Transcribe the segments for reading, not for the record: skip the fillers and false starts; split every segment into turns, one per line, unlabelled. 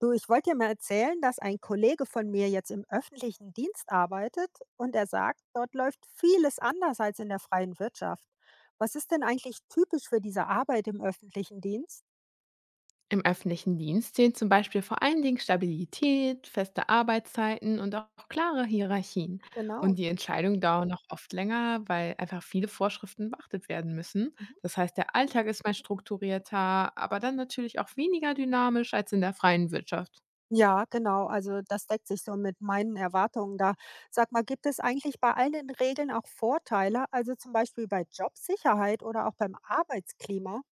Du, ich wollte dir mal erzählen, dass ein Kollege von mir jetzt im öffentlichen Dienst arbeitet und er sagt, dort läuft vieles anders als in der freien Wirtschaft. Was ist denn eigentlich typisch für diese Arbeit im öffentlichen Dienst?
Im öffentlichen Dienst zählen zum Beispiel vor allen Dingen Stabilität, feste Arbeitszeiten und auch klare Hierarchien.
Genau.
Und die Entscheidungen dauern auch oft länger, weil einfach viele Vorschriften beachtet werden müssen.
Mhm.
Das heißt, der Alltag ist mal strukturierter, aber dann natürlich auch weniger dynamisch als in der freien Wirtschaft.
Ja, genau. Also das deckt sich so mit meinen Erwartungen da. Sag mal, gibt es eigentlich bei all den Regeln auch Vorteile? Also zum Beispiel bei Jobsicherheit oder auch beim Arbeitsklima?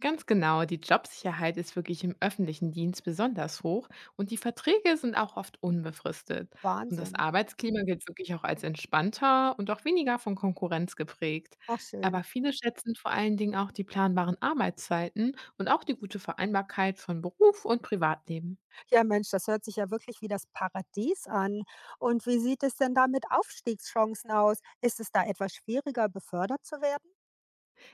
Ganz genau, die Jobsicherheit ist wirklich im öffentlichen Dienst besonders hoch und die Verträge sind auch oft unbefristet. Und das
Wahnsinn.
Arbeitsklima gilt wirklich auch als entspannter und auch weniger von Konkurrenz geprägt.
Ach schön.
Aber viele schätzen vor allen Dingen auch die planbaren Arbeitszeiten und auch die gute Vereinbarkeit von Beruf und Privatleben.
Ja, Mensch, das hört sich ja wirklich wie das Paradies an. Und wie sieht es denn da mit Aufstiegschancen aus? Ist es da etwas schwieriger, befördert zu werden?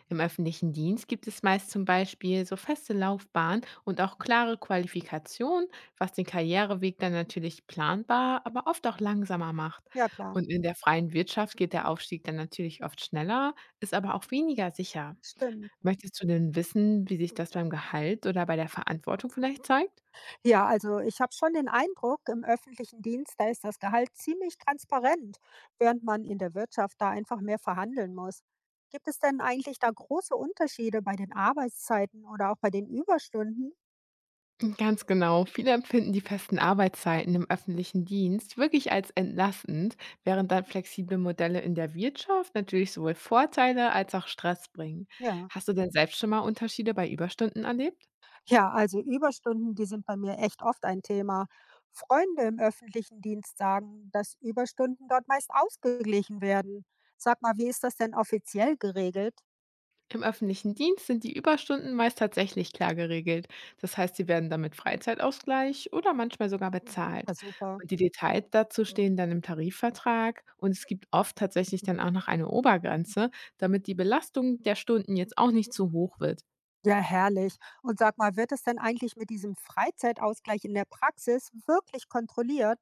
Im öffentlichen Dienst gibt es meist zum Beispiel so feste Laufbahnen und auch klare Qualifikationen, was den Karriereweg dann natürlich planbar, aber oft auch langsamer macht.
Ja, klar.
Und in der freien Wirtschaft geht der Aufstieg dann natürlich oft schneller, ist aber auch weniger sicher.
Stimmt.
Möchtest du denn wissen, wie sich das beim Gehalt oder bei der Verantwortung vielleicht zeigt?
Ja, also ich habe schon den Eindruck, im öffentlichen Dienst, da ist das Gehalt ziemlich transparent, während man in der Wirtschaft da einfach mehr verhandeln muss. Gibt es denn eigentlich da große Unterschiede bei den Arbeitszeiten oder auch bei den Überstunden?
Ganz genau. Viele empfinden die festen Arbeitszeiten im öffentlichen Dienst wirklich als entlastend, während dann flexible Modelle in der Wirtschaft natürlich sowohl Vorteile als auch Stress bringen.
Ja.
Hast du denn selbst schon mal Unterschiede bei Überstunden erlebt?
Ja, also Überstunden, die sind bei mir echt oft ein Thema. Freunde im öffentlichen Dienst sagen, dass Überstunden dort meist ausgeglichen werden. Sag mal, wie ist das denn offiziell geregelt?
Im öffentlichen Dienst sind die Überstunden meist tatsächlich klar geregelt. Das heißt, sie werden dann mit Freizeitausgleich oder manchmal sogar bezahlt.
Ja, super.
Und die Details dazu stehen dann im Tarifvertrag und es gibt oft tatsächlich dann auch noch eine Obergrenze, damit die Belastung der Stunden jetzt auch nicht zu hoch wird.
Ja, herrlich. Und sag mal, wird es denn eigentlich mit diesem Freizeitausgleich in der Praxis wirklich kontrolliert?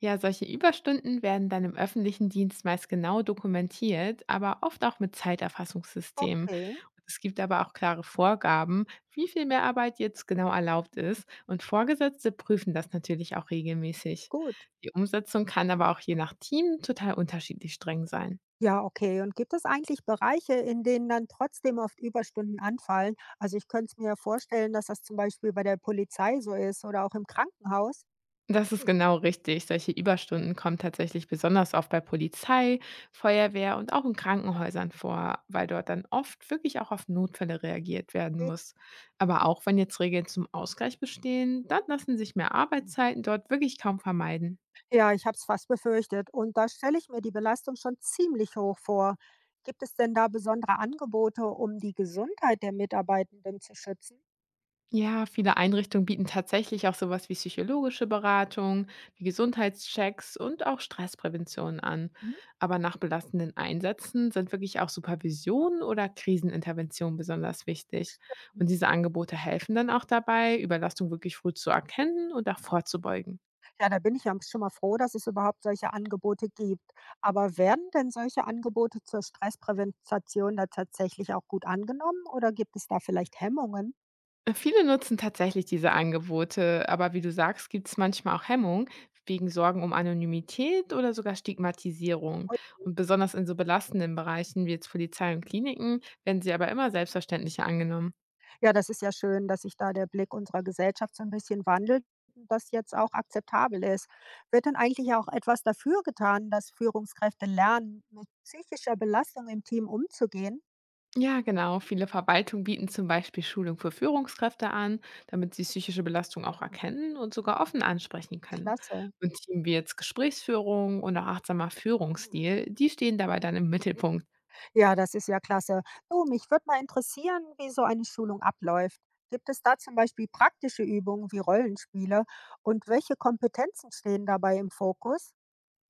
Ja, solche Überstunden werden dann im öffentlichen Dienst meist genau dokumentiert, aber oft auch mit Zeiterfassungssystemen.
Okay,
Und es gibt aber auch klare Vorgaben, wie viel Mehrarbeit jetzt genau erlaubt ist. Und Vorgesetzte prüfen das natürlich auch regelmäßig.
gut.
Die Umsetzung kann aber auch je nach Team total unterschiedlich streng sein.
Ja, okay. Und gibt es eigentlich Bereiche, in denen dann trotzdem oft Überstunden anfallen? Also ich könnte es mir vorstellen, dass das zum Beispiel bei der Polizei so ist oder auch im Krankenhaus.
Das ist genau richtig. Solche Überstunden kommen tatsächlich besonders oft bei Polizei, Feuerwehr und auch in Krankenhäusern vor, weil dort dann oft wirklich auch auf Notfälle reagiert werden muss. Aber auch wenn jetzt Regeln zum Ausgleich bestehen, dann lassen sich mehr Arbeitszeiten dort wirklich kaum vermeiden.
Ja, ich habe es fast befürchtet. Und da stelle ich mir die Belastung schon ziemlich hoch vor. Gibt es denn da besondere Angebote, um die Gesundheit der Mitarbeitenden zu schützen?
Ja, viele Einrichtungen bieten tatsächlich auch sowas wie psychologische Beratung, wie Gesundheitschecks und auch Stressprävention an.
Mhm.
Aber nach belastenden Einsätzen sind wirklich auch Supervision oder Krisenintervention besonders wichtig. Und diese Angebote helfen dann auch dabei, Überlastung wirklich früh zu erkennen und auch vorzubeugen.
Ja, da bin ich ja schon mal froh, dass es überhaupt solche Angebote gibt. Aber werden denn solche Angebote zur Stressprävention da tatsächlich auch gut angenommen oder gibt es da vielleicht Hemmungen?
Viele nutzen tatsächlich diese Angebote, aber wie du sagst, gibt es manchmal auch Hemmung wegen Sorgen um Anonymität oder sogar Stigmatisierung. Und besonders in so belastenden Bereichen wie jetzt Polizei und Kliniken werden sie aber immer selbstverständlicher angenommen.
Ja, das ist ja schön, dass sich da der Blick unserer Gesellschaft so ein bisschen wandelt und das jetzt auch akzeptabel ist. Wird denn eigentlich auch etwas dafür getan, dass Führungskräfte lernen, mit psychischer Belastung im Team umzugehen?
Ja, genau. Viele Verwaltungen bieten zum Beispiel Schulung für Führungskräfte an, damit sie psychische Belastung auch erkennen und sogar offen ansprechen können.
Klasse.
Und Themen wie jetzt Gesprächsführung und auch achtsamer Führungsstil, die stehen dabei dann im Mittelpunkt.
Ja, das ist ja klasse. Du, mich würde mal interessieren, wie so eine Schulung abläuft. Gibt es da zum Beispiel praktische Übungen wie Rollenspiele und welche Kompetenzen stehen dabei im Fokus?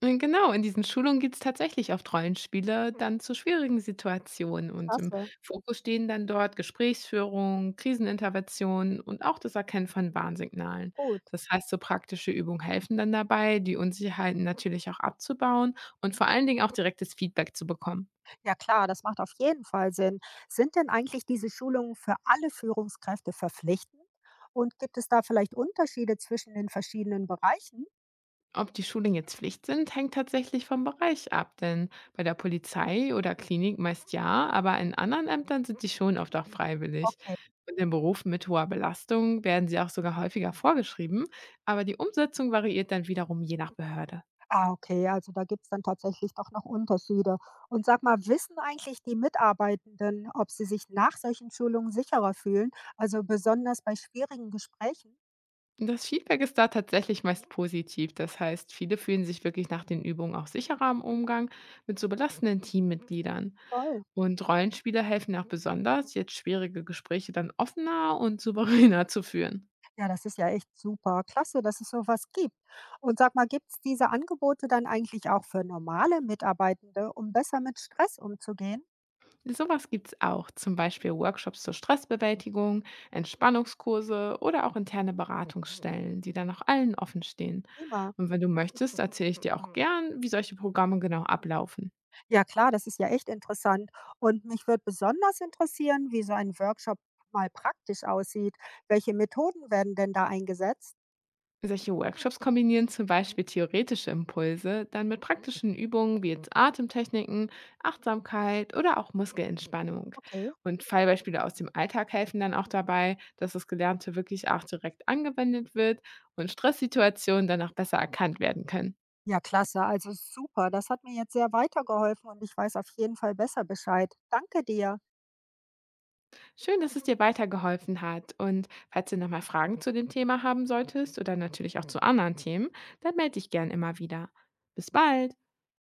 Genau, in diesen Schulungen geht es tatsächlich oft Rollenspiele dann zu schwierigen Situationen, und im
Klasse,
Fokus stehen dann dort Gesprächsführung, Krisenintervention und auch das Erkennen von Warnsignalen.
gut.
Das heißt, so praktische Übungen helfen dann dabei, die Unsicherheiten natürlich auch abzubauen und vor allen Dingen auch direktes Feedback zu bekommen.
Ja klar, das macht auf jeden Fall Sinn. Sind denn eigentlich diese Schulungen für alle Führungskräfte verpflichtend? Und gibt es da vielleicht Unterschiede zwischen den verschiedenen Bereichen?
Ob die Schulen jetzt Pflicht sind, hängt tatsächlich vom Bereich ab, denn bei der Polizei oder Klinik meist ja, aber in anderen Ämtern sind die Schulen oft auch freiwillig.
Okay.
Und in Berufen mit hoher Belastung werden sie auch sogar häufiger vorgeschrieben, aber die Umsetzung variiert dann wiederum je nach Behörde.
Ah, okay, also da gibt es dann tatsächlich doch noch Unterschiede. Und sag mal, wissen eigentlich die Mitarbeitenden, ob sie sich nach solchen Schulungen sicherer fühlen? Also besonders bei schwierigen Gesprächen?
Und das Feedback ist da tatsächlich meist positiv. Das heißt, viele fühlen sich wirklich nach den Übungen auch sicherer im Umgang mit so belastenden Teammitgliedern.
Toll.
Und Rollenspiele helfen auch besonders, jetzt schwierige Gespräche dann offener und souveräner zu führen.
Ja, das ist ja echt super. Klasse, dass es sowas gibt. Und sag mal, gibt es diese Angebote dann eigentlich auch für normale Mitarbeitende, um besser mit Stress umzugehen?
Sowas gibt's auch, zum Beispiel Workshops zur Stressbewältigung, Entspannungskurse oder auch interne Beratungsstellen, die dann auch allen offen stehen.
Prima.
Und wenn du möchtest, erzähle ich dir auch gern, wie solche Programme genau ablaufen.
Ja, klar, das ist ja echt interessant. Und mich würde besonders interessieren, wie so ein Workshop mal praktisch aussieht. Welche Methoden werden denn da eingesetzt?
Solche Workshops kombinieren zum Beispiel theoretische Impulse dann mit praktischen Übungen wie jetzt Atemtechniken, Achtsamkeit oder auch Muskelentspannung.
Okay.
Und Fallbeispiele aus dem Alltag helfen dann auch dabei, dass das Gelernte wirklich auch direkt angewendet wird und Stresssituationen dann auch besser erkannt werden können.
Ja, klasse. Also super. Das hat mir jetzt sehr weitergeholfen und ich weiß auf jeden Fall besser Bescheid. Danke dir.
Schön, dass es dir weitergeholfen hat. Und falls du nochmal Fragen zu dem Thema haben solltest oder natürlich auch zu anderen Themen, dann melde dich gern immer wieder. Bis bald!